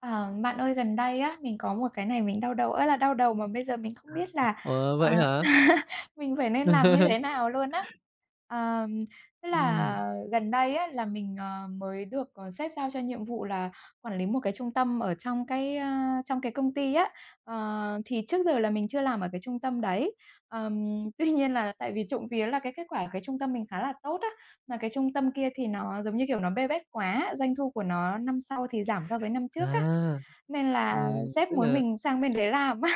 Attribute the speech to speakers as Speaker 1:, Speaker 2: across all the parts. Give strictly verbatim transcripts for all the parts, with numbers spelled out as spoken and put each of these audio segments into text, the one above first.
Speaker 1: Ờ, Bạn ơi, gần đây á, mình có một cái này mình đau đầu ơi là đau đầu mà bây giờ mình không biết là,
Speaker 2: Ủa, vậy
Speaker 1: ờ,
Speaker 2: hả?
Speaker 1: mình phải nên làm như thế nào luôn á. Ờm, Tức là
Speaker 2: Ừm,
Speaker 1: gần đây á, là mình, ờ, mới được, ờ, sếp giao cho nhiệm vụ là quản lý một cái trung tâm ở trong cái, ơ, trong cái công ty á. Ờ, thì trước giờ là mình chưa làm ở cái trung tâm đấy. Ờm, tuy nhiên là tại vì trộm vía là cái kết quả của cái trung tâm mình khá là tốt á, mà cái trung tâm kia thì nó, giống như kiểu, nó bê bết quá, doanh thu của nó năm sau thì giảm so với năm trước á.
Speaker 2: à,
Speaker 1: Nên là
Speaker 2: ừm,
Speaker 1: sếp
Speaker 2: Tức
Speaker 1: muốn
Speaker 2: là,
Speaker 1: mình sang bên đấy làm á,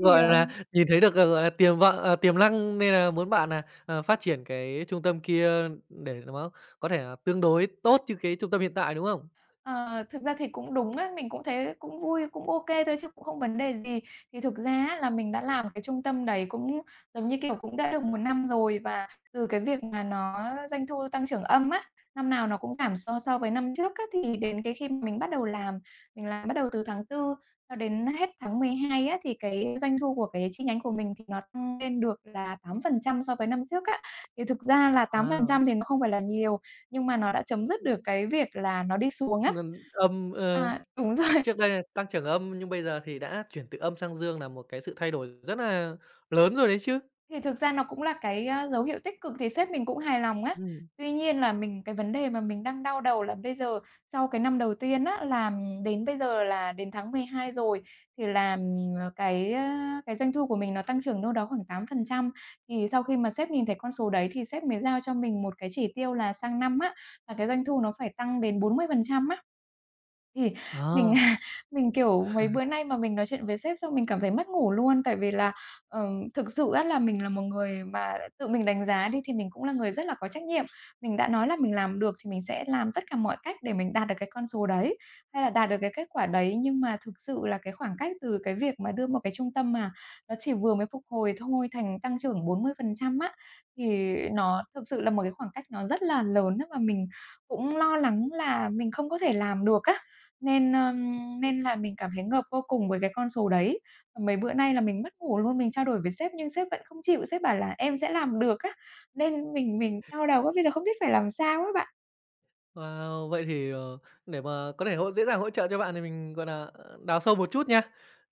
Speaker 1: thì, ờ
Speaker 2: là, nhìn thấy được, ờ, gọi là, tiềm vọng à, tiềm năng nên là muốn bạn nà, ờ, phát triển cái trung tâm kia để nó có thể là tương đối tốt như cái trung tâm hiện tại, đúng không?
Speaker 1: Ờ, thực ra thì cũng đúng á, mình cũng thấy cũng vui, cũng ok thôi chứ cũng không vấn đề gì. Thì thực ra á là mình đã làm cái trung tâm đấy cũng, giống như kiểu, cũng đã được một năm rồi và từ cái việc mà nó doanh thu tăng trưởng âm á, năm nào nó cũng giảm so so với năm trước á, thì đến cái khi mà mình bắt đầu làm, mình làm bắt đầu từ tháng tư cho đến hết tháng mười hai á, thì cái doanh thu của cái chi nhánh của mình thì nó tăng lên được là tám phần trăm so với năm trước á. Thì thực ra là tám phần
Speaker 2: Wow!
Speaker 1: trăm thì nó không phải là nhiều, nhưng mà nó đã chấm dứt được cái việc là nó đi xuống á.
Speaker 2: Ngân âm ờ,
Speaker 1: À, đúng rồi.
Speaker 2: trước đây là tăng trưởng âm nhưng bây giờ thì đã chuyển từ âm sang dương là một cái sự thay đổi rất là lớn rồi đấy chứ.
Speaker 1: Thì thực ra nó cũng là cái, a, dấu hiệu tích cực thì sếp mình cũng hài lòng á.
Speaker 2: Ừm.
Speaker 1: Tuy nhiên là mình cái vấn đề mà mình đang đau đầu là bây giờ sau cái năm đầu tiên á, làm đến bây giờ là đến tháng mười hai rồi, thì là, ờ, cái, a, cái doanh thu của mình nó tăng trưởng đâu đó khoảng tám phần trăm. Thì sau khi mà sếp nhìn thấy con số đấy thì sếp mới giao cho mình một cái chỉ tiêu là sang năm á, là cái doanh thu nó phải tăng đến bốn mươi phần trăm á. Thì mình
Speaker 2: Ờ.
Speaker 1: mình, kiểu, mấy bữa nay mà mình nói chuyện với sếp xong mình cảm thấy mất ngủ luôn, tại vì là, ờm, thực sự á là mình là một người mà tự mình đánh giá đi thì mình cũng là người rất là có trách nhiệm. Mình đã nói là mình làm được thì mình sẽ làm tất cả mọi cách để mình đạt được cái con số đấy, hay là đạt được cái kết quả đấy, nhưng mà thực sự là cái khoảng cách từ cái việc mà đưa một cái trung tâm mà nó chỉ vừa mới phục hồi thôi thành tăng trưởng bốn mươi phần trăm á, thì nó thực sự là một cái khoảng cách nó rất là lớn á, và mình cũng lo lắng là mình không có thể làm được á. Nên, ờm, nên là mình cảm thấy ngợp vô cùng với cái con số đấy. Và mấy bữa nay là mình mất ngủ luôn, mình trao đổi với sếp nhưng sếp vẫn không chịu, sếp bảo là "Em sẽ làm được" á, nên mình mình đau đầu quá, bây giờ không biết phải làm sao á bạn.
Speaker 2: Wow! Vậy thì, ờ, để mà có thể hỗ dễ dàng hỗ trợ cho bạn thì mình, gọi là, ờ, đào sâu một chút nha.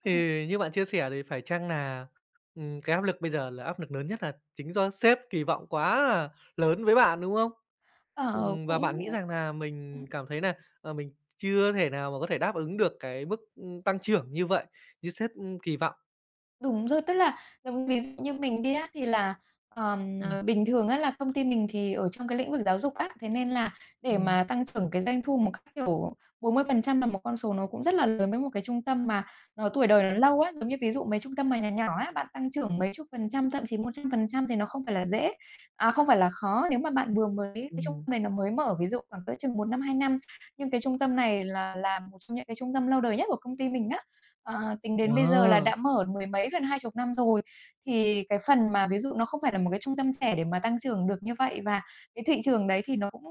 Speaker 2: Thì như bạn chia sẻ thì phải chăng là ừm, cái áp lực bây giờ là áp lực lớn nhất là chính do sếp kỳ vọng quá là lớn với bạn, đúng không?
Speaker 1: Ờ,
Speaker 2: Ừm, và
Speaker 1: cũng
Speaker 2: bạn nghĩ rằng là mình cảm thấy là ờ, mình chưa thể nào mà có thể đáp ứng được cái mức, ưm, tăng trưởng như vậy, như sếp, ưm, kỳ vọng.
Speaker 1: Đúng rồi, tức là giống ví dụ như mình đi á, thì là, ờm,
Speaker 2: Ừm,
Speaker 1: ờ, bình thường á là công ty mình thì ở trong cái lĩnh vực giáo dục á, thế nên là để
Speaker 2: ừm,
Speaker 1: mà tăng trưởng cái doanh thu một cách, kiểu, bốn mươi phần trăm là một con số nó cũng rất là lớn với một cái trung tâm mà nó tuổi đời nó lâu á. Giống như ví dụ mấy trung tâm mà nhỏ nhỏ á, bạn tăng trưởng mấy chục phần trăm, thậm chí một trăm phần trăm thì nó không phải là dễ à, không phải là khó nếu mà bạn vừa mới cái trung
Speaker 2: ừm.
Speaker 1: tâm này nó mới mở, ví dụ khoảng cỡ chừng một năm, hai năm. Nhưng cái trung tâm này là là một trong những cái trung tâm lâu đời nhất của công ty mình á. Ờ, tính đến bây giờ là
Speaker 2: Ờ,
Speaker 1: đã mở mười mấy, gần hai chục năm rồi, thì cái phần mà ví dụ nó không phải là một cái trung tâm trẻ để mà tăng trưởng được như vậy và cái thị trường đấy thì nó cũng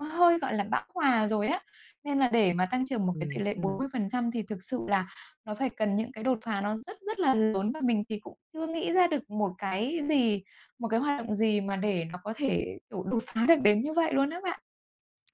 Speaker 1: hơi, gọi là, bão hòa rồi á. Nên là để mà tăng trưởng một cái tỷ
Speaker 2: ừm,
Speaker 1: lệ bốn
Speaker 2: ừm.
Speaker 1: mươi phần trăm thì thực sự là nó phải cần những cái đột phá nó rất rất là lớn và mình thì cũng chưa nghĩ ra được một cái gì, một cái hoạt động gì mà để nó có thể, kiểu, đột phá được đến như vậy luôn á bạn.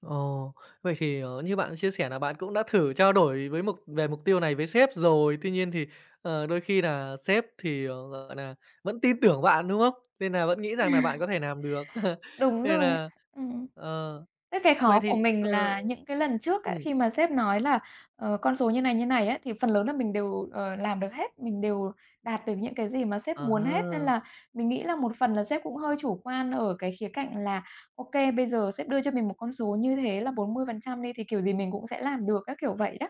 Speaker 2: Ồ, vậy thì, ờ, như bạn chia sẻ là bạn cũng đã thử trao đổi với mục về mục tiêu này với sếp rồi, tuy nhiên thì, ờ, đôi khi là sếp thì, ờ, gọi là vẫn tin tưởng bạn, đúng không? Nên là vẫn nghĩ rằng là bạn có thể làm được.
Speaker 1: Đúng
Speaker 2: Nên
Speaker 1: rồi.
Speaker 2: là,
Speaker 1: Ừm.
Speaker 2: ờ,
Speaker 1: Thế cái
Speaker 2: vậy
Speaker 1: khó của
Speaker 2: thì,
Speaker 1: mình
Speaker 2: ờ
Speaker 1: là những cái lần trước á,
Speaker 2: ừm,
Speaker 1: khi mà sếp nói là, ờ, con số như này, như này á, thì phần lớn là mình đều, ờ, làm được hết, mình đều đạt được những cái gì mà sếp
Speaker 2: à
Speaker 1: muốn hết. Nên
Speaker 2: ha,
Speaker 1: là mình nghĩ là một phần là sếp cũng hơi chủ quan ở cái khía cạnh là ok bây giờ sếp đưa cho mình một con số như thế là bốn mươi phần trăm đi thì kiểu gì mình cũng sẽ làm được", các kiểu vậy đó.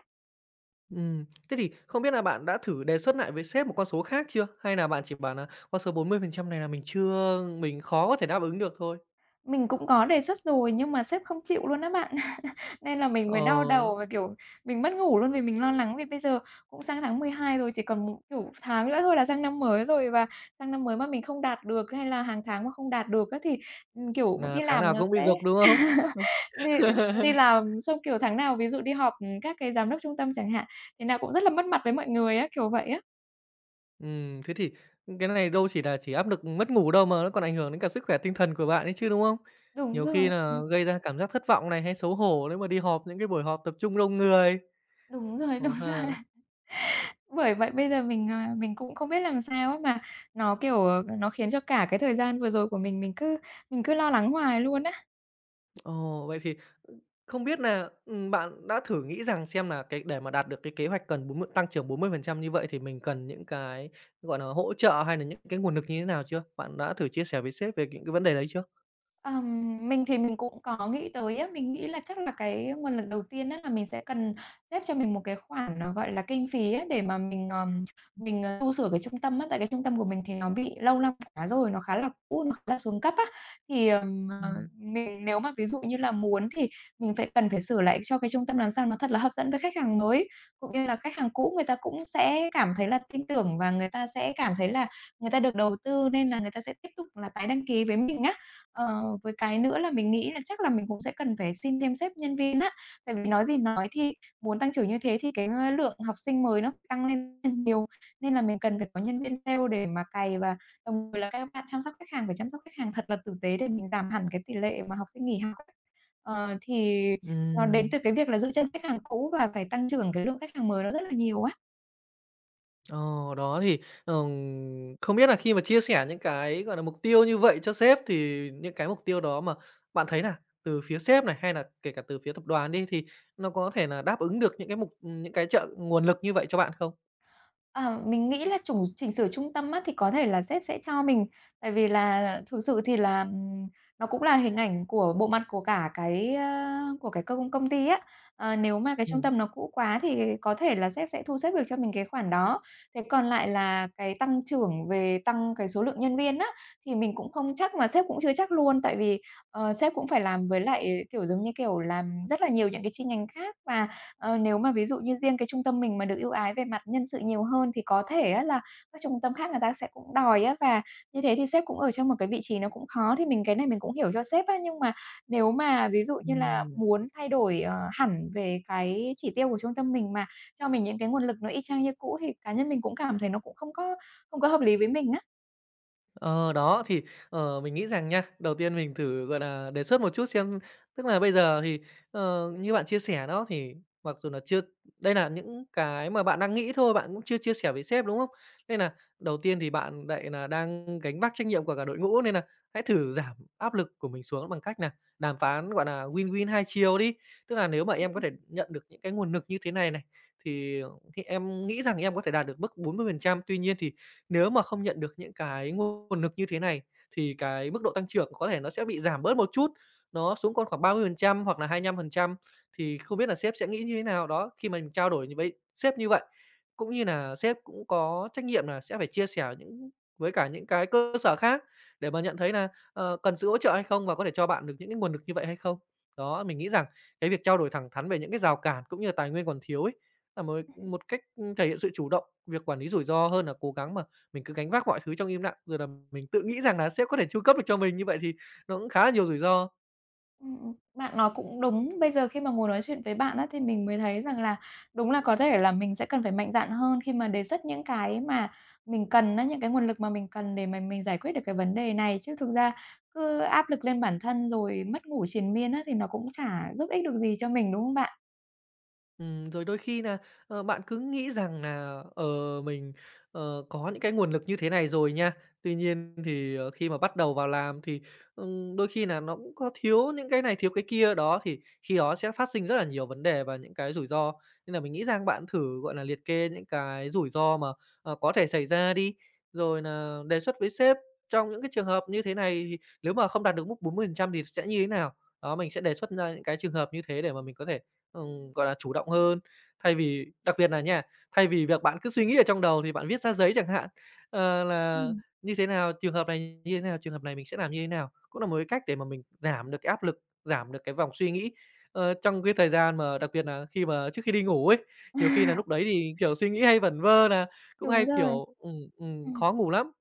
Speaker 2: thế thì không biết là bạn đã thử đề xuất lại với sếp một con số khác chưa? Hay là bạn chỉ bảo là con số bốn mươi phần trăm này là mình chưa mình khó có thể đáp ứng được thôi?
Speaker 1: Mình cũng có đề xuất rồi nhưng mà sếp không chịu luôn á bạn. Nên là mình
Speaker 2: Ờ,
Speaker 1: mới đau đầu và, kiểu, mình mất ngủ luôn vì mình lo lắng vì bây giờ cũng sang tháng mười hai rồi, chỉ còn, một kiểu, tháng nữa thôi là sang năm mới rồi và sang năm mới mà mình không đạt được hay là hàng tháng mà không đạt được á thì, ừm, kiểu,
Speaker 2: nà
Speaker 1: đi
Speaker 2: tháng
Speaker 1: làm
Speaker 2: nào
Speaker 1: nó
Speaker 2: cũng bị
Speaker 1: sẽ
Speaker 2: rục, đúng không?
Speaker 1: đi đi làm xong, kiểu, tháng nào ví dụ đi họp, ừm, các cái giám đốc trung tâm chẳng hạn, thì nào cũng rất là mất mặt với mọi người á, kiểu vậy á.
Speaker 2: Ừm, thế thì cái này đâu chỉ là chỉ áp lực mất ngủ đâu, mà nó còn ảnh hưởng đến cả sức khỏe tinh thần của bạn ấy chứ, đúng không?
Speaker 1: Đúng
Speaker 2: Nhiều khi
Speaker 1: rồi,
Speaker 2: là
Speaker 1: ừm,
Speaker 2: gây ra cảm giác thất vọng này, hay xấu hổ nếu mà đi họp những cái buổi họp tập trung đông người.
Speaker 1: đúng rồi,
Speaker 2: Ờ
Speaker 1: đúng.
Speaker 2: ha.
Speaker 1: Bởi vậy bây giờ mình, à, mình cũng không biết làm sao á, mà nó, kiểu, ờ, nó khiến cho cả cái thời gian vừa rồi của mình, mình cứ mình cứ lo lắng hoài luôn á.
Speaker 2: Ồ, vậy thì, ừ, không biết là ừm, bạn đã thử nghĩ rằng xem là cái để mà đạt được cái kế hoạch cần bốn mươi tăng trưởng bốn mươi phần trăm như vậy thì mình cần những cái, gọi là hỗ trợ hay là những cái nguồn lực như thế nào chưa? Bạn đã thử chia sẻ với sếp về những cái vấn đề đấy chưa?
Speaker 1: Ờm, mình thì mình cũng có nghĩ tới á, mình nghĩ là chắc là cái nguồn lực đầu tiên á là mình sẽ cần xếp cho mình một cái khoản nó, gọi là, kinh phí á, để mà mình, ờm, mình, ờ, tu sửa cái trung tâm á. Tại cái trung tâm của mình thì nó bị lâu năm quá rồi, nó khá là cũ, nó khá là xuống cấp á. Thì, ờm, ờ,
Speaker 2: Ừm.
Speaker 1: mình nếu mà ví dụ như là muốn thì mình phải cần phải sửa lại cho cái trung tâm làm sao nó thật là hấp dẫn với khách hàng mới, cũng như là khách hàng cũ người ta cũng sẽ cảm thấy là tin tưởng và người ta sẽ cảm thấy là người ta được đầu tư nên là người ta sẽ tiếp tục là tái đăng ký với mình á. Ờ, với cái nữa là mình nghĩ là chắc là mình cũng sẽ cần phải xin thêm sếp nhân viên á, tại vì nói gì nói thì muốn tăng trưởng như thế thì cái, ơ, lượng học sinh mới nó tăng lên rất nhiều, nên là mình cần phải có nhân viên sale để mà cày và đồng thời là các bạn chăm sóc khách hàng phải chăm sóc khách hàng thật là tử tế để mình giảm hẳn cái tỷ lệ mà học sinh nghỉ học ấy. Ờ, thì nó đến
Speaker 2: Ừm.
Speaker 1: từ cái việc là giữ chân khách hàng cũ và phải tăng trưởng cái lượng khách hàng mới nó rất là nhiều ấy.
Speaker 2: Ờ, đó thì, ừm, không biết là khi mà chia sẻ những cái, gọi là, mục tiêu như vậy cho sếp thì những cái mục tiêu đó mà bạn thấy là từ phía sếp này, hay là kể cả từ phía tập đoàn đi, thì nó có thể là đáp ứng được những cái mục những cái trợ nguồn lực như vậy cho bạn không?
Speaker 1: Ờ, mình nghĩ là chủng chỉnh sửa trung tâm á, thì có thể là sếp sẽ cho mình, tại vì là thực sự thì là, ừm, nó cũng là hình ảnh của bộ mặt của cả cái, a, của cái công công ty á. Ờ, nếu mà cái trung
Speaker 2: Ừm.
Speaker 1: tâm nó cũ quá thì có thể là sếp sẽ thu xếp được cho mình cái khoản đó. Thế còn lại là cái tăng trưởng về tăng cái số lượng nhân viên á, thì mình cũng không chắc mà sếp cũng chưa chắc luôn, tại vì, ờ, sếp cũng phải làm với lại, kiểu, giống như kiểu, làm rất là nhiều những cái chi nhánh khác. Và ờ, nếu mà ví dụ như riêng cái trung tâm mình mà được ưu ái về mặt nhân sự nhiều hơn thì có thể á là các trung tâm khác người ta sẽ cũng đòi á, và như thế thì sếp cũng ở trong một cái vị trí nó cũng khó, thì mình cái này mình cũng hiểu cho sếp á. Nhưng mà nếu mà ví dụ như là
Speaker 2: Ừm.
Speaker 1: muốn thay đổi, ờ, hẳn về cái chỉ tiêu của trung tâm mình mà cho mình những cái nguồn lực nó y chang như cũ thì cá nhân mình cũng cảm thấy nó cũng không có không có hợp lý với mình á.
Speaker 2: Ờ, đó, thì, ờ, mình nghĩ rằng nha, đầu tiên mình thử, gọi là, đề xuất một chút xem tức là bây giờ thì, ờ, như bạn chia sẻ đó, thì mặc dù là chưa, đây là những cái mà bạn đang nghĩ thôi, bạn cũng chưa chia sẻ với sếp, đúng không? Nên là đầu tiên thì bạn lại là đang gánh vác trách nhiệm của cả đội ngũ, nên là hãy thử giảm áp lực của mình xuống bằng cách là đàm phán, gọi là, win-win hai chiều đi. Tức là nếu mà em có thể nhận được những cái nguồn lực như thế này này, thì thì em nghĩ rằng em có thể đạt được mức bốn mươi phần trăm, tuy nhiên thì nếu mà không nhận được những cái nguồn lực như thế này thì cái mức độ tăng trưởng có thể nó sẽ bị giảm bớt một chút, nó xuống còn khoảng ba mươi phần trăm hoặc là hai lăm phần trăm thì không biết là sếp sẽ nghĩ như thế nào? Đó, khi mà mình trao đổi như với sếp như vậy, cũng như là sếp cũng có trách nhiệm là sẽ phải chia sẻ những với cả những cái cơ sở khác để mà nhận thấy là ờ, cần sự hỗ trợ hay không và có thể cho bạn được những cái nguồn lực như vậy hay không? Đó, mình nghĩ rằng cái việc trao đổi thẳng thắn về những cái rào cản cũng như là tài nguyên còn thiếu ấy, là một một cách, ừ, thể hiện sự chủ động, việc quản lý rủi ro hơn là cố gắng mà mình cứ gánh vác mọi thứ trong im lặng, rồi là mình tự nghĩ rằng là sếp có thể chu cấp được cho mình, như vậy thì nó cũng khá là nhiều rủi ro.
Speaker 1: Ừm, ừm, bạn nói cũng đúng. Bây giờ khi mà ngồi nói chuyện với bạn á, thì mình mới thấy rằng là đúng là có thể là mình sẽ cần phải mạnh dạn hơn khi mà đề xuất những cái mà mình cần á, những cái nguồn lực mà mình cần để mà mình giải quyết được cái vấn đề này. Chứ thực ra cứ áp lực lên bản thân rồi mất ngủ triền miên á, thì nó cũng chả giúp ích được gì cho mình, đúng không bạn?
Speaker 2: Ừm, rồi đôi khi là ờ, bạn cứ nghĩ rằng là ờ, mình, ờ, có những cái nguồn lực như thế này rồi nha. Tuy nhiên thì, ờ, khi mà bắt đầu vào làm thì, ừm, đôi khi là nó cũng có thiếu những cái này, thiếu cái kia, đó, thì khi đó sẽ phát sinh rất là nhiều vấn đề và những cái rủi ro. Nên là mình nghĩ rằng bạn thử, gọi là, liệt kê những cái rủi ro mà, ờ, có thể xảy ra đi, rồi là đề xuất với sếp trong những cái trường hợp như thế này thì nếu mà không đạt được mức bốn mươi phần trăm thì sẽ như thế nào. Đó, mình sẽ đề xuất ra những cái trường hợp như thế để mà mình có thể Ừm, gọi là, chủ động hơn. Thay vì đặc biệt là nha, thay vì việc bạn cứ suy nghĩ ở trong đầu thì bạn viết ra giấy chẳng hạn, ờ, là
Speaker 1: Ừm.
Speaker 2: như thế nào, trường hợp này như thế nào, trường hợp này mình sẽ làm như thế nào. Cũng là một cái cách để mà mình giảm được cái áp lực, giảm được cái vòng suy nghĩ, ờ, trong cái thời gian mà đặc biệt là khi mà trước khi đi ngủ ấy, nhiều khi là lúc đấy thì, kiểu, suy nghĩ hay vẩn vơ nà, cũng
Speaker 1: Đúng
Speaker 2: hay,
Speaker 1: rồi.
Speaker 2: kiểu, ừm, ừm,
Speaker 1: Ừm.
Speaker 2: khó ngủ lắm.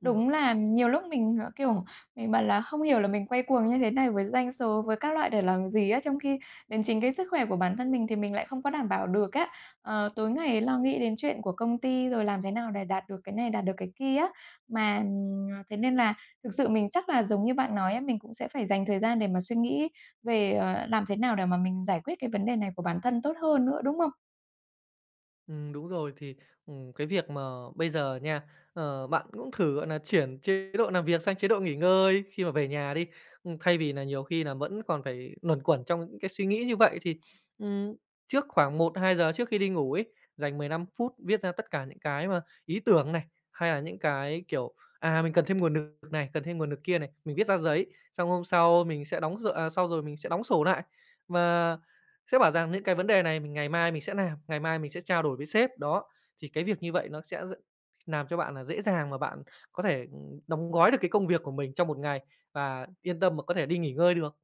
Speaker 2: Ừm.
Speaker 1: Đúng là nhiều lúc mình, ờ, kiểu, mình bảo là không hiểu là mình quay cuồng như thế này với doanh số, với các loại để làm gì á, trong khi đến chính cái sức khỏe của bản thân mình thì mình lại không có đảm bảo được á. Ờ, tối ngày lo nghĩ đến chuyện của công ty rồi làm thế nào để đạt được cái này, đạt được cái kia á. Mà, ừm, thế nên là thực sự mình chắc là giống như bạn nói á, mình cũng sẽ phải dành thời gian để mà suy nghĩ về, ờ, làm thế nào để mà mình giải quyết cái vấn đề này của bản thân tốt hơn nữa, đúng không?
Speaker 2: Ừm, đúng rồi, thì, ừm, cái việc mà bây giờ nha, ờ, bạn cũng thử, gọi nà, chuyển chế độ làm việc sang chế độ nghỉ ngơi khi mà về nhà đi. Ừm, thay vì là nhiều khi là vẫn còn phải luẩn quẩn trong những cái suy nghĩ như vậy thì, ừm, trước khoảng một hai giờ trước khi đi ngủ ấy, dành mười lăm phút viết ra tất cả những cái mà ý tưởng này, hay là những cái, kiểu, à, mình cần thêm nguồn lực này, cần thêm nguồn lực kia này, mình viết ra giấy, xong hôm sau mình sẽ đóng d à, sau rồi mình sẽ đóng sổ lại. Và sẽ bảo rằng những cái vấn đề này mình ngày mai mình sẽ làm, ngày mai mình sẽ trao đổi với sếp, đó. Thì cái việc như vậy nó sẽ d làm cho bạn là dễ dàng mà bạn có thể, ừm, đóng gói được cái công việc của mình trong một ngày và yên tâm mà có thể đi nghỉ ngơi được.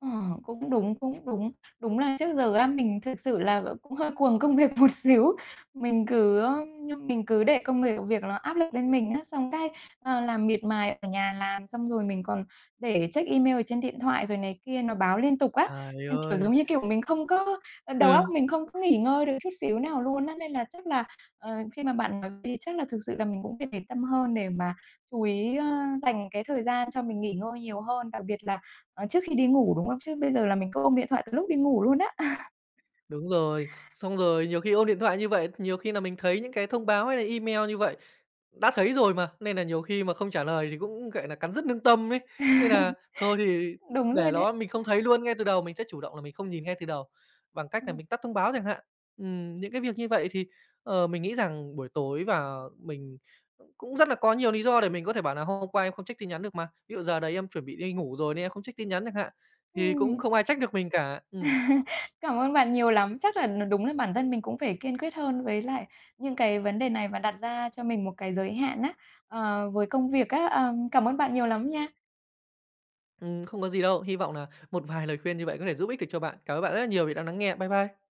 Speaker 1: Ờ, cũng đúng, cũng đúng. Đúng là trước giờ á, mình thực sự là, ờ, cũng hơi cuồng công việc một xíu. Mình cứ, ơ, mình cứ để công việc việc nó áp lực lên mình á, xong cái, ờ, làm miệt mài ở nhà làm, xong rồi mình còn để check email ở trên điện thoại rồi này kia, nó báo liên tục á.
Speaker 2: Trời
Speaker 1: Nên, kiểu,
Speaker 2: ơi!
Speaker 1: giống như kiểu, mình không có ờ, đầu óc
Speaker 2: Ừ.
Speaker 1: mình không có nghỉ ngơi được chút xíu nào luôn á. Nên là chắc là, ờ, khi mà bạn nói thì chắc là thực sự là mình cũng phải để tâm hơn để mà chú ý, ơ, dành cái thời gian cho mình nghỉ ngơi nhiều hơn, đặc biệt là ờ, trước khi đi ngủ, đúng không? Chứ bây giờ là mình cứ ôm điện thoại từ lúc đi ngủ luôn á.
Speaker 2: Đúng rồi. Xong rồi nhiều khi ôm điện thoại như vậy, nhiều khi là mình thấy những cái thông báo hay là email như vậy. Đã thấy rồi mà, nên là nhiều khi mà không trả lời thì cũng, gọi là, cắn rứt lương tâm ấy. Nên là thôi thì
Speaker 1: Đúng rồi
Speaker 2: để
Speaker 1: đấy.
Speaker 2: nó mình không thấy luôn ngay từ đầu, mình sẽ chủ động là mình không nhìn ngay từ đầu, bằng cách là
Speaker 1: Ừm.
Speaker 2: mình tắt thông báo chẳng hạn. Ừm, những cái việc như vậy thì, ờ, mình nghĩ rằng buổi tối và mình cũng rất là có nhiều lý do để mình có thể bảo là "Hôm qua em không check tin nhắn được mà, ví dụ giờ đấy em chuẩn bị đi ngủ rồi nên em không check tin nhắn" chẳng hạn, thì cũng
Speaker 1: Ừm.
Speaker 2: không ai trách được mình cả. Ừm,
Speaker 1: Cảm ơn bạn nhiều lắm. Chắc là n đúng là bản thân mình cũng phải kiên quyết hơn với lại những cái vấn đề này và đặt ra cho mình một cái giới hạn á, ờ, với công việc á. Ờm, cảm ơn bạn nhiều lắm nha.
Speaker 2: ừm, không có gì đâu. Hy vọng là một vài lời khuyên như vậy có thể giúp ích được cho bạn. Cảm ơn bạn rất là nhiều vì đã lắng nghe. Bye bye.